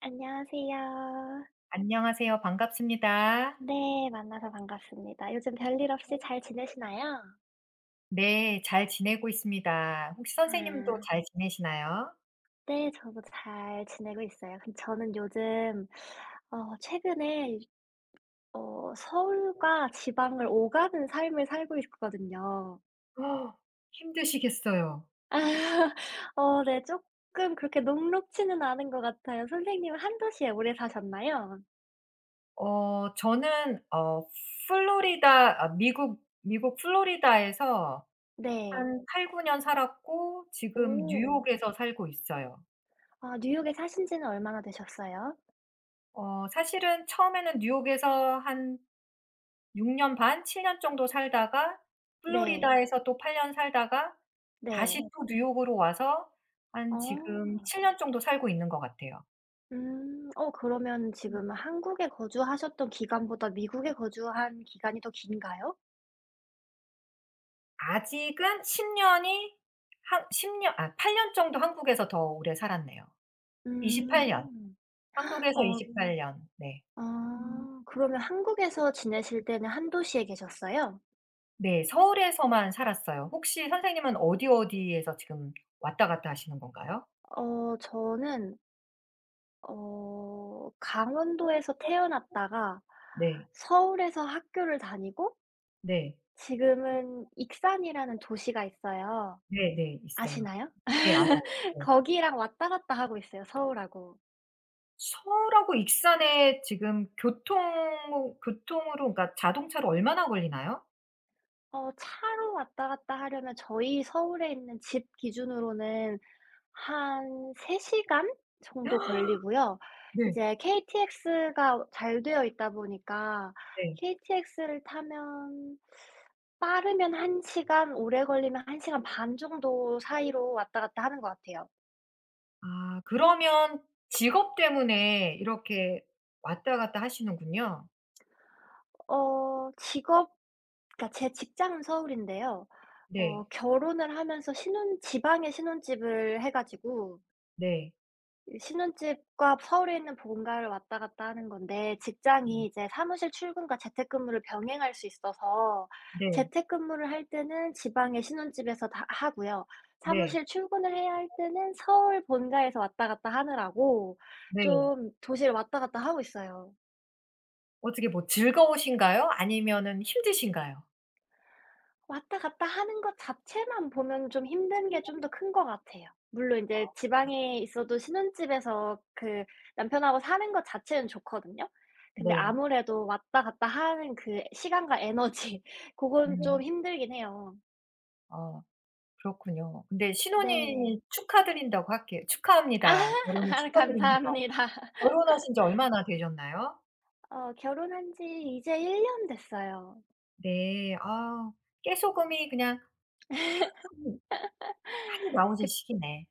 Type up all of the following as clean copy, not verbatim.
안녕하세요. 안녕하세요. 반갑습니다. 네, 만나서 반갑습니다. 요즘 별일 없이 잘 지내시나요? 네. 잘 지내고 있습니다. 혹시 선생님도 아. 잘 지내시나요? 네, 저도 잘 지내고 있어요. 근데 저는 요즘 최근에 서울과 지방을 오가는 삶을 살고 있거든요. 어, 힘드시겠어요. 네. 조금 그렇게 녹록지는 않은 것 같아요. 선생님은 한 도시에 오래 사셨나요? 저는 플로리다, 미국 플로리다에서 네. 한 8-9년 살았고 지금 오. 뉴욕에서 살고 있어요. 아, 뉴욕에 사신 지는 얼마나 되셨어요? 사실은 처음에는 뉴욕에서 한 6년 반, 7년 정도 살다가, 네. 네. 플로리다에서 또 8년 살다가 다시, 네. 네, 또 뉴욕으로 와서 한 어. 지금, 7 년 정도 살고 있는 것 같아요. 음. 그러면 지금 한국에 거주하셨던 기간보다 미국에 거주한 기간이 더 긴가요? 아직은 10 년이, 한 10년, 8년 정도 한국에서 더 오래 살았네요. 28, 년. 음. 한국에서 어. 28 년. 네. 음. 아. 그러면 한국에서 지내실 때는 한 도시에 계셨어요? 네. 서울에서만 살았어요. 혹시 선생님은 어디에서 지금 왔다 갔다 하시는 건가요? 저는 어. 강원도에서 태어났다가 네. 서울에서 학교를 다니고 네. 네. 지금은 익산이라는 도시가 있어요. 네네. 있어요. 아시나요? 네. 알아요. 네. 거기랑 왔다 갔다 하고 있어요, 서울하고. 서울하고 익산에 지금, 교통으로 그러니까 자동차로 얼마나 걸리나요? 차로 왔다 갔다 하려면 저희 서울에 있는 집 기준으로는 한 3 시간 정도 걸리고요. 네. 이제 KTX가 잘 되어 있다 보니까 네. KTX를 타면 빠르면 1 시간, 오래 걸리면 1 시간 반 정도 사이로 왔다 갔다 하는 것 같아요. 아, 그러면 직업 때문에 이렇게 왔다 갔다 하시는군요. 어 직업 그러니까 제 직장은 서울인데요. 네. 결혼을 하면서 신혼 지방에 신혼집을 해 가지고 네. 신혼집과 서울에 있는 본가를 왔다 갔다 하는 건데, 음. 직장이 이제 사무실 출근과 재택근무를 병행할 수 있어서 네. 재택근무를 할 때는 지방의 신혼집에서 다 하고요. 네. 사무실 출근을 해야 할 때는 서울 본가에서 왔다 갔다 하느라고 네. 좀 도시를 왔다 갔다 하고 있어요. 어떻게, 뭐 즐거우신가요? 아니면은 힘드신가요? 왔다 갔다 하는 것 자체만 보면 좀 힘든 게 좀 더 큰 것 같아요. 물론 인제 지방에 있어도 신혼집에서 남편하고 사는 것 자체는 좋거든요. 근데 네. 아무래도 왔다 갔다 하는 그 시간과 에너지 고건 좀 음. 힘들긴 해요. 어 그렇군요. 근데 네. 신혼이, 축하드린다고 할게요. 축하합니다. 결혼을 아, 감사합니다. 축하드립니다. 결혼하신 지 얼마나 되셨나요? 결혼한 지 이제 1년 됐어요. 네. 아, 깨소금이 그냥, 한 한이 나오는 그 식이네.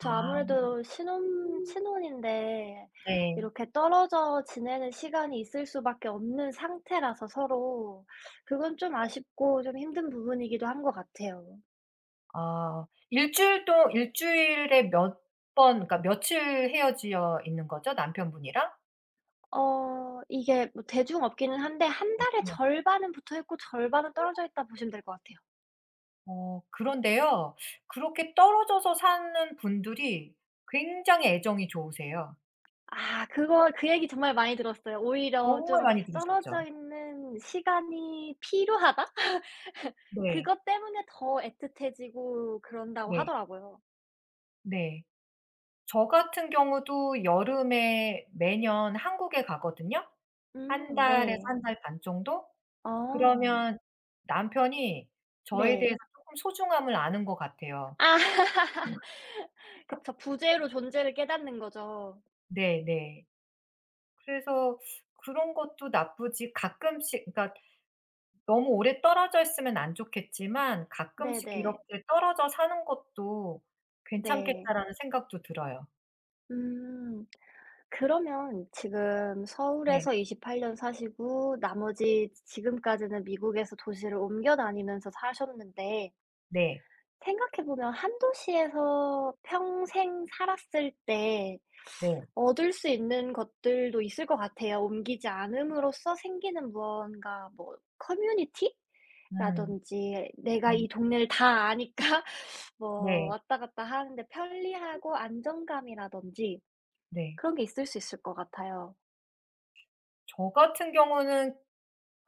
아, 아무래도 신혼인데 네. 이렇게 떨어져 지내는 시간이 있을 수밖에 없는 상태라서 서로 그건 좀 아쉽고 좀 힘든 부분이기도 한 것 같아요. 일 주일에 몇 번, 그러니까 며칠 헤어져 있는 거죠? 남편분이랑? 이게 뭐 대중 없기는 한데 한 달에 네. 절반은 붙어 있고 절반은 떨어져 있다 보시면 될 것 같아요. 그런데요. 그렇게 떨어져서 사는 분들이 굉장히 애정이 좋으세요. 아, 그거 그 얘기 정말 많이 들었어요. 오히려 정말 좀 많이 들으셨죠? 떨어져 있는 시간이 필요하다? 네. 그것 때문에 더 애틋해지고 그런다고 네. 하더라고요. 네. 저 같은 경우도 여름에 매년 한국에 가거든요. 한 음, 달에서 네. 한 달 반 정도? 어, 그러면 남편이 저에 대해서 네. 쪼끔 소중함을 아는 것 같아요. 아. 그쵸. 부재로 존재를 깨닫는 거죠. 네네. 그래서 그런 것도 나쁘지, 가끔씩 그러니까 너무 오래 떨어져 있으면 안 좋겠지만 가끔씩 네네. 이렇게 '떨어져 사는 것도 네. 괜찮겠다.'라는 생각도 들어요. 음, 그러면 지금 네. 서울에서 28년 사시고 네. 나머지 지금까지는 미국에서 도시를 옮겨 다니면서 사셨는데 네. 생각해 보면 한 도시에서 평생 살았을 때 네. 얻을 수 있는 것들도 있을 것 같아요. 옮기지 않음으로써 생기는 무언가, 뭐 커뮤니티? 음. 라든지 내가 음. 이 동네를 다 아니까 뭐 네. 왔다 갔다 하는데 편리하고 안정감이라든지 네. 그런 게 있을 수 있을 것 같아요. 저 같은 경우는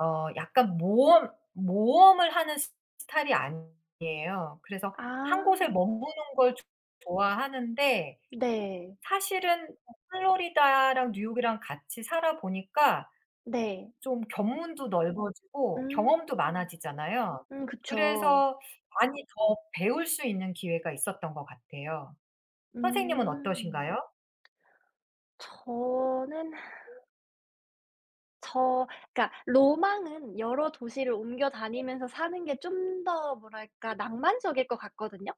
약간, 모험을 하는 스타일이 아니에요. 그래서 한 곳에 아. 머무는 걸 조 좋아하는데, 네. 사실은 플로리다랑 뉴욕이랑 같이 살아 보니까 네. 좀 견문도 넓어지고 경험도 음. 많아지잖아요. 음, 그쵸. 그래서 많이 더 배울 수 있는 기회가 있었던 것 같아요. 선생님은 음. 어떠신가요? 저는 저 그러니까 로망은 여러 도시를 옮겨 다니면서 사는 게 좀 더 뭐랄까 낭만적일 것 같거든요.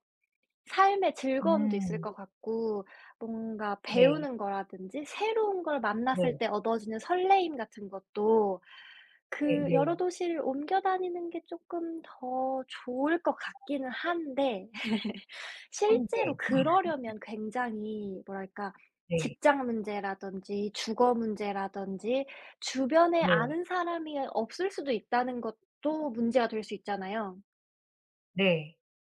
삶의 즐거움도 있을 음. 것 같고 뭔가 네. 배우는 거라든지 새로운 걸 만났을 네. 때 얻어지는 설레임 같은 것도, 그 여러 네네. 도시를 옮겨 다니는 게 쪼끔 더 좋을 것 같기는 한데 한 실제로 개. 그러려면 굉장히 뭐랄까 네. 직장 문제라든지 주거 문제라든지 주변에 네. 아는 사람이 없을 수도 있다는 것도 문제가 될 수 있잖아요. 네. 네.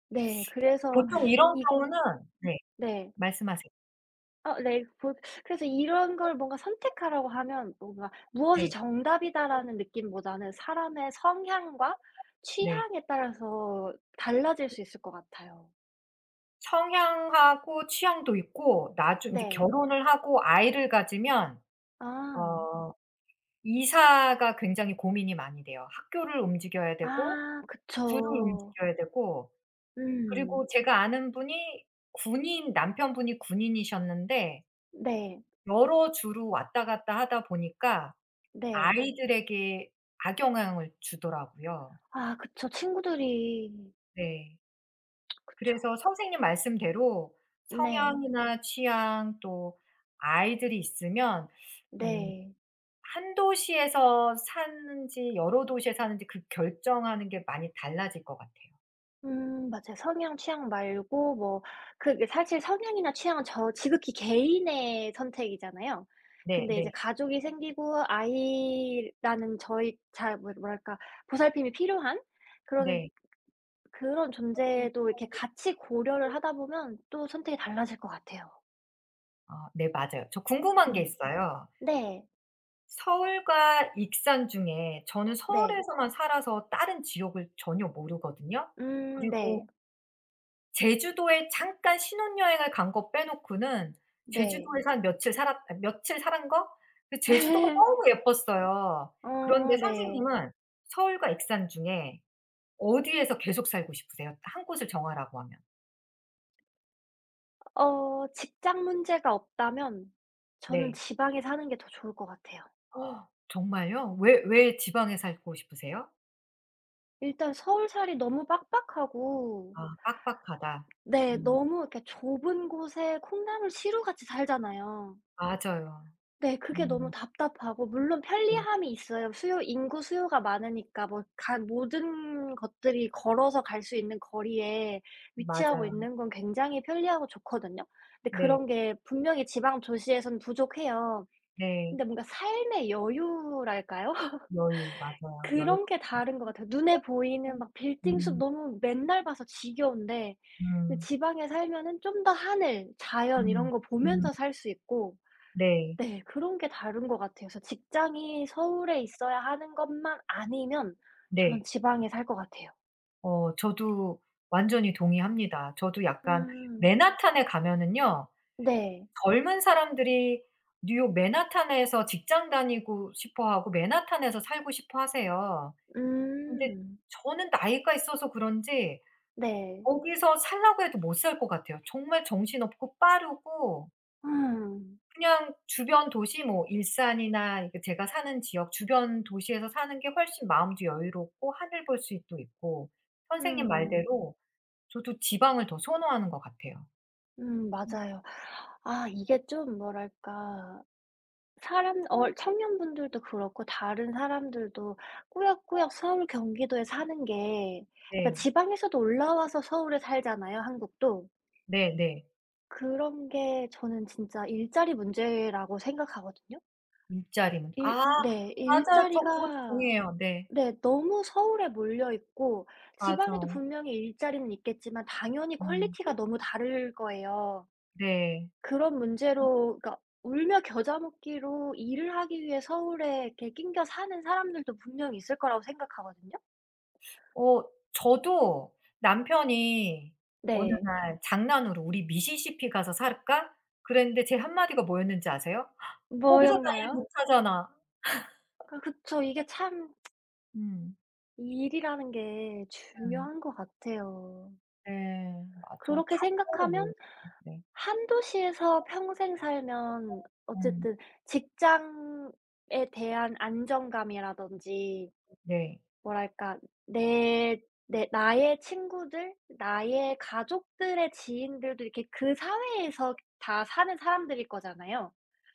네. 그래서 보통 이런 경우는, 이건 네, 네. 말씀하세요. 어, 네. 보 그래서 이런 걸 뭔가 선택하라고 하면 뭔가 '무엇이 네. 정답이다.'라는 느낌보다는 사람의 성향과 네. 취향에 따라서 달라질 수 있을 것 같아요. 성향하고 취향도 있고 나중 인제 네. 결혼을 하고 아이를 가지면 아. 어 이사가 굉장히 고민이 많이 돼요. 학교를 움직여야 되고 아, 구를 그쵸. 움직여야 되고, 그리고 음. 제가 아는 분이, 군인 남편분이 군인이셨는데 네. 여러 주로 왔다 갔다 하다 보니까 네. 아이들에게 악영향을 주더라고요. 아, 그쵸. 친구들이 네. 그쵸. 그래서 선생님 말씀대로, 음, 네. 성향이나 취향, 또 아이들이 있으면, 음, 네. 한 도시에서 사는지 여러 도시에 사는지 그 결정하는 게 많이 달라질 것 같아요. 음, 맞아요. 성향, 취향 말고 뭐 그게 사실 성향이나 취향은 저 지극히 개인의 선택이잖아요. 네 근데 이제 네. 가족이 생기고 아이라는 저희 잘, 뭐 뭐랄까 보살핌이 필요한 그런 네. 그런 존재도 이렇게 같이 고려를 하다 보면 또 선택이 달라질 것 같아요. 아, 네 맞아요. 저 궁금한 게 음. 있어요. 네. 서울과 익산 중에 저는 네. 서울에서만 살아서 다른 지역을 전혀 모르거든요. 음, 그리고 네. 제주도에 잠깐 신혼여행을 간 거 빼놓고는 네. 제주도에서 한 며칠, 살았 아 며칠 살은 거? 그 제주도가 너무 예뻤어요. 어, 그런데 네. 선생님은 서울과 익산 중에 어디에서 계속 살고 싶으세요? 한 곳을 정하라고 하면. 직장 문제가 없다면 저는 네. 지방에 사는 게 더 좋을 것 같아요. 정말요? 왜 지방에 살고 싶으세요? 일단 서울살이 너무 빡빡하고, 아, 빡빡하다. 네, 음, 너무 이렇게 좁은 곳에 콩나물 시루같이 살잖아요. 맞아요. 네, 그게 너무 음. 답답하고. 물론 네. 편리함이 있어요. 수요 인구 수요가 많으니까 뭐 간 모든 것들이 걸어서 갈 수 있는 거리에 위치하고 맞아요. 있는 건 굉장히 편리하고 좋거든요. 근데 네. 그런 게 분명히 지방 도시에선 부족해요. 네. 근데 뭔가 삶의 여유랄까요? 여유 맞아요. 그런 여유가. 게 다른 것 같아요. 눈에 음. 보이는 막 빌딩 숲 너무 맨날 봐서 지겨운데, 근데 음. 지방에 살면은 좀 더 하늘, 자연 음. 이런 거 음. 보면서 살 수 있고. 네. 네, 그런 게 다른 것 같아요. 그래서 직장이 서울에 있어야 하는 것만 아니면 저는 네. 지방에 살 것 같아요. 저도 완전히 동의합니다. 저도 약간 음. 맨하탄에 가면은요. 네. 젊은 사람들이 뉴욕 맨하탄에서 직장 다니고 싶어 하고 맨하탄에서 살고 싶어 하세요. 근데 음. 저는 나이가 있어서 그런지 네. 거기서 살라고 해도 못 살 것 같아요. 정말 정신없고 빠르고, 음. 그냥 주변 도시, 뭐 일산이나 이렇게 제가 사는 지역 주변 도시에서 사는 게 훨씬 마음도 여유롭고 하늘 볼 수도 있고, 선생님 음. 말대로 저도 지방을 더 선호하는 것 같아요. 음, 맞아요. 아, 이게 좀 뭐랄까, 사람 어 청년분들도 그렇고 다른 사람들도 꾸역꾸역 서울, 경기도에 사는 게, 약간 네. 지방에서도 올라와서 서울에 살잖아요, 한국도. 네네. 그런 게 저는 진짜 일자리 문제라고 생각하거든요. 일자리는, 아 일 네. 맞아요. 저 그것도 일자리가, 동의해요. 네. 네, 너무 서울에 몰려 있고 맞아. 지방에도 분명히 일자리는 있겠지만 당연히 음. 퀄리티가 너무 다를 거예요. 네. 그런 문제로 그러니까 울며 겨자 먹기로 일을 하기 위해 서울에 이렇게 낑겨 사는 사람들도 분명히 있을 거라고 생각하거든요. 어 저도 남편이 어느 네. 날 장난으로 "우리 미시시피 가서 살까?" 그랬는데 제 한마디가 뭐였는지 아세요? "거기서 다 일 뭐였나요? 못 하잖아." 아, 그쵸. 이게 참, 음. 일이라는 게 음. 중요한 것 같아요. 네. 맞아. 그렇게 다 서로 모으고. 생각하면 네. 한 도시에서 평생 살면 음. 어쨌든 직장에 대한 안정감이라든지, 네. 뭐랄까, 내 내 나의 친구들, 나의 가족들의 지인들도 이렇게 그 사회에서 다 사는 사람들일 거잖아요.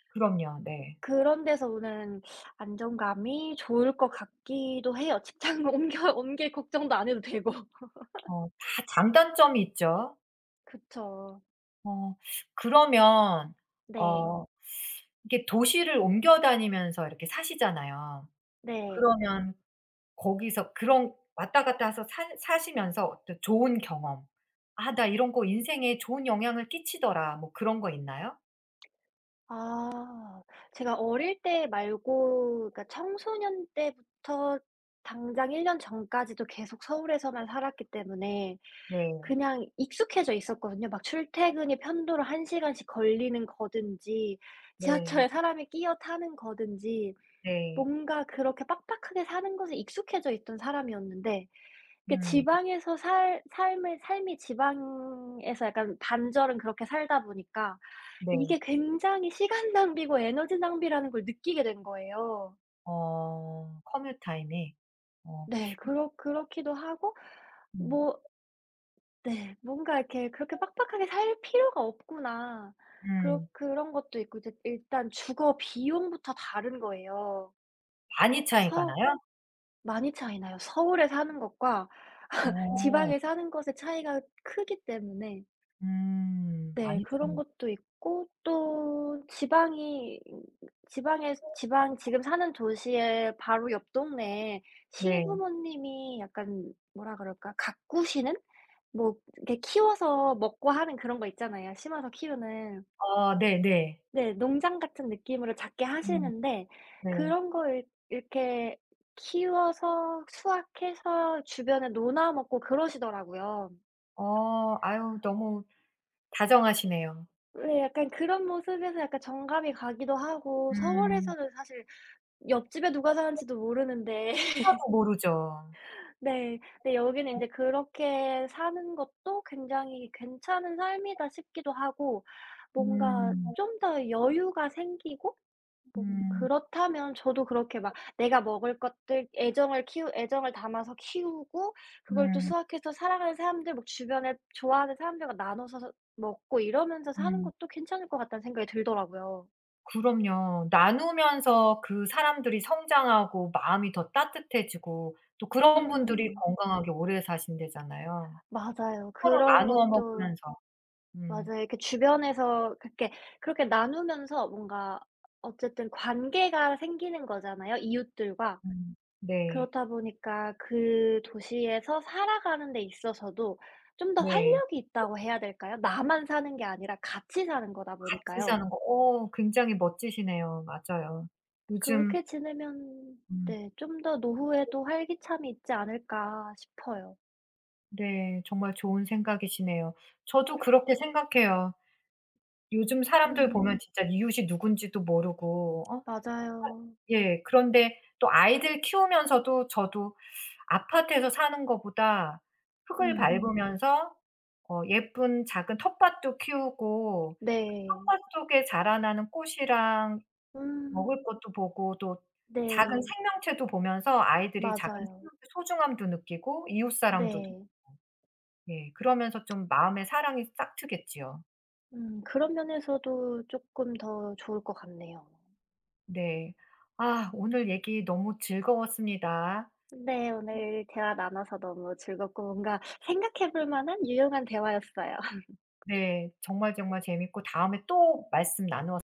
그럼요. 네. 그런 데서 오는 안정감이 좋을 것 같기도 해요. 직장 옮겨 옮길 걱정도 안 해도 되고. 어, 다 장단점이 있죠. 그쵸. 어, 그러면 네. 어 이게 도시를 옮겨 다니면서 이렇게 사시잖아요. 네. 그러면 거기서 그런 왔다 갔다 해서 사 사시면서 어떤 좋은 경험, '아 나 이런 거 인생에 좋은 영향을 끼치더라.' 뭐 그런 거 있나요? 아. 제가 어릴 때 말고 그러니까 청소년 때부터 당장 1년 전까지도 계속 서울에서만 살았기 때문에 네. 그냥 익숙해져 있었거든요. 막 출퇴근이 편도로 1 시간씩 걸리는 거든지, 네. 지하철에 사람이 끼어 타는 거든지, 네. 뭔가 그렇게 빡빡하게 사는 것에 익숙해져 있던 사람이었는데, 그 음. 지방에서 살 삶을 삶이 지방에서 약간 반절은 그렇게 살다 보니까 네. 이게 굉장히 시간 낭비고 에너지 낭비라는 걸 느끼게 된 거예요. 커뮤 타임이. 어. 네. 그렇기도 하고. 음. 뭐, 네. 뭔가 이렇게 '그렇게 빡빡하게 살 필요가 없구나.' 그렇 음. 그런 것도 있고 이제 일단 주거 비용부터 다른 거예요. 많이 차이가 서 나요? 많이 차이나요. 서울에 사는 것과 어. 지방에 사는 것의 차이가 크기 때문에. 음. 네, 많이 그런 차이. 것도 있고 또 지방이 지방에 지방 지금 사는 도시의 바로 옆 동네에 네. 시부모님이 약간, 뭐라 그럴까, 가꾸시는? 뭐 이렇게 키워서 먹고 하는 그런 거 있잖아요, 심어서 키우는. 아 네네. 네. 농장 같은 느낌으로 작게 음. 하시는데 네. 그런 거 이 이렇게 키워서 수확해서 주변에 나눠 먹고 그러시더라고요. 어. 아유 너무 다정하시네요. 네. 약간 그런 모습에서 약간 정감이 가기도 하고. 음. 서울에서는 사실 옆집에 누가 사는지도 모르는데 하나도 모르죠. 네. 근데 여기는 인제 그렇게 사는 것도 굉장히 '괜찮은 삶이다.' 싶기도 하고, 뭔가 음. 좀 더 여유가 생기고. 뭐 음. 그렇다면 저도 그렇게 막 내가 먹을 것들, 애정을 담아서 키우고 그걸 또 음. 수확해서 사랑하는 사람들, 뭐 주변에 좋아하는 사람들과 나눠서 서 먹고 이러면서 사는 음. 것도 괜찮을 것 같다는 생각이 들더라고요. 그럼요. 나누면서 그 사람들이 성장하고 마음이 더 따뜻해지고, 또 그런 분들이 음. 건강하게 오래 사신대잖아요. 맞아요. 서로 그런 나누어 것도 먹으면서. 음. 맞아요. 이렇게 주변에서 그렇게 그렇게 나누면서 뭔가 어쨌든 관계가 생기는 거잖아요, 이웃들과. 음. 네. 그렇다 보니까 그 도시에서 살아가는 데 있어서도 좀 더 네. 활력이 있다고 해야 될까요? 나만 사는 게 아니라 같이 사는 거다 같이 보니까요. 사는 거, 어 굉장히 멋지시네요. 맞아요. 요즘. 그렇게 지내면, 음. 네, 좀 더 노후에도 활기참이 있지 않을까 싶어요. 네. 정말 좋은 생각이시네요. 저도 그렇게 생각해요. 요즘 사람들 보면, 음, 음, 진짜 이웃이 누군지도 모르고, 어. 맞아요. 예, 그런데 또 아이들 키우면서도 저도 아파트에서 사는 거보다 흙을, 음, 음, 밟으면서 예쁜 작은 텃밭도 키우고, 네. 텃밭 속에 자라나는 꽃이랑 음, 먹을 것도 보고, 또 작은 네. 생명체도 보면서 아이들이 작은 맞아요. 생명체 소중함도 느끼고 이웃 사랑도 느, 네. 예, 그러면서 좀 마음의 사랑이 싹 트겠지요. 음, 그런 면에서도 조금 더 좋을 것 같네요. 네. 아, 오늘 얘기 너무 즐거웠습니다. 네. 오늘 대화 나눠서 너무 즐겁고 뭔가 생각해 볼 만한 유용한 대화였어요. 네. 정말 정말 재밌고 다음에 또 말씀 나누어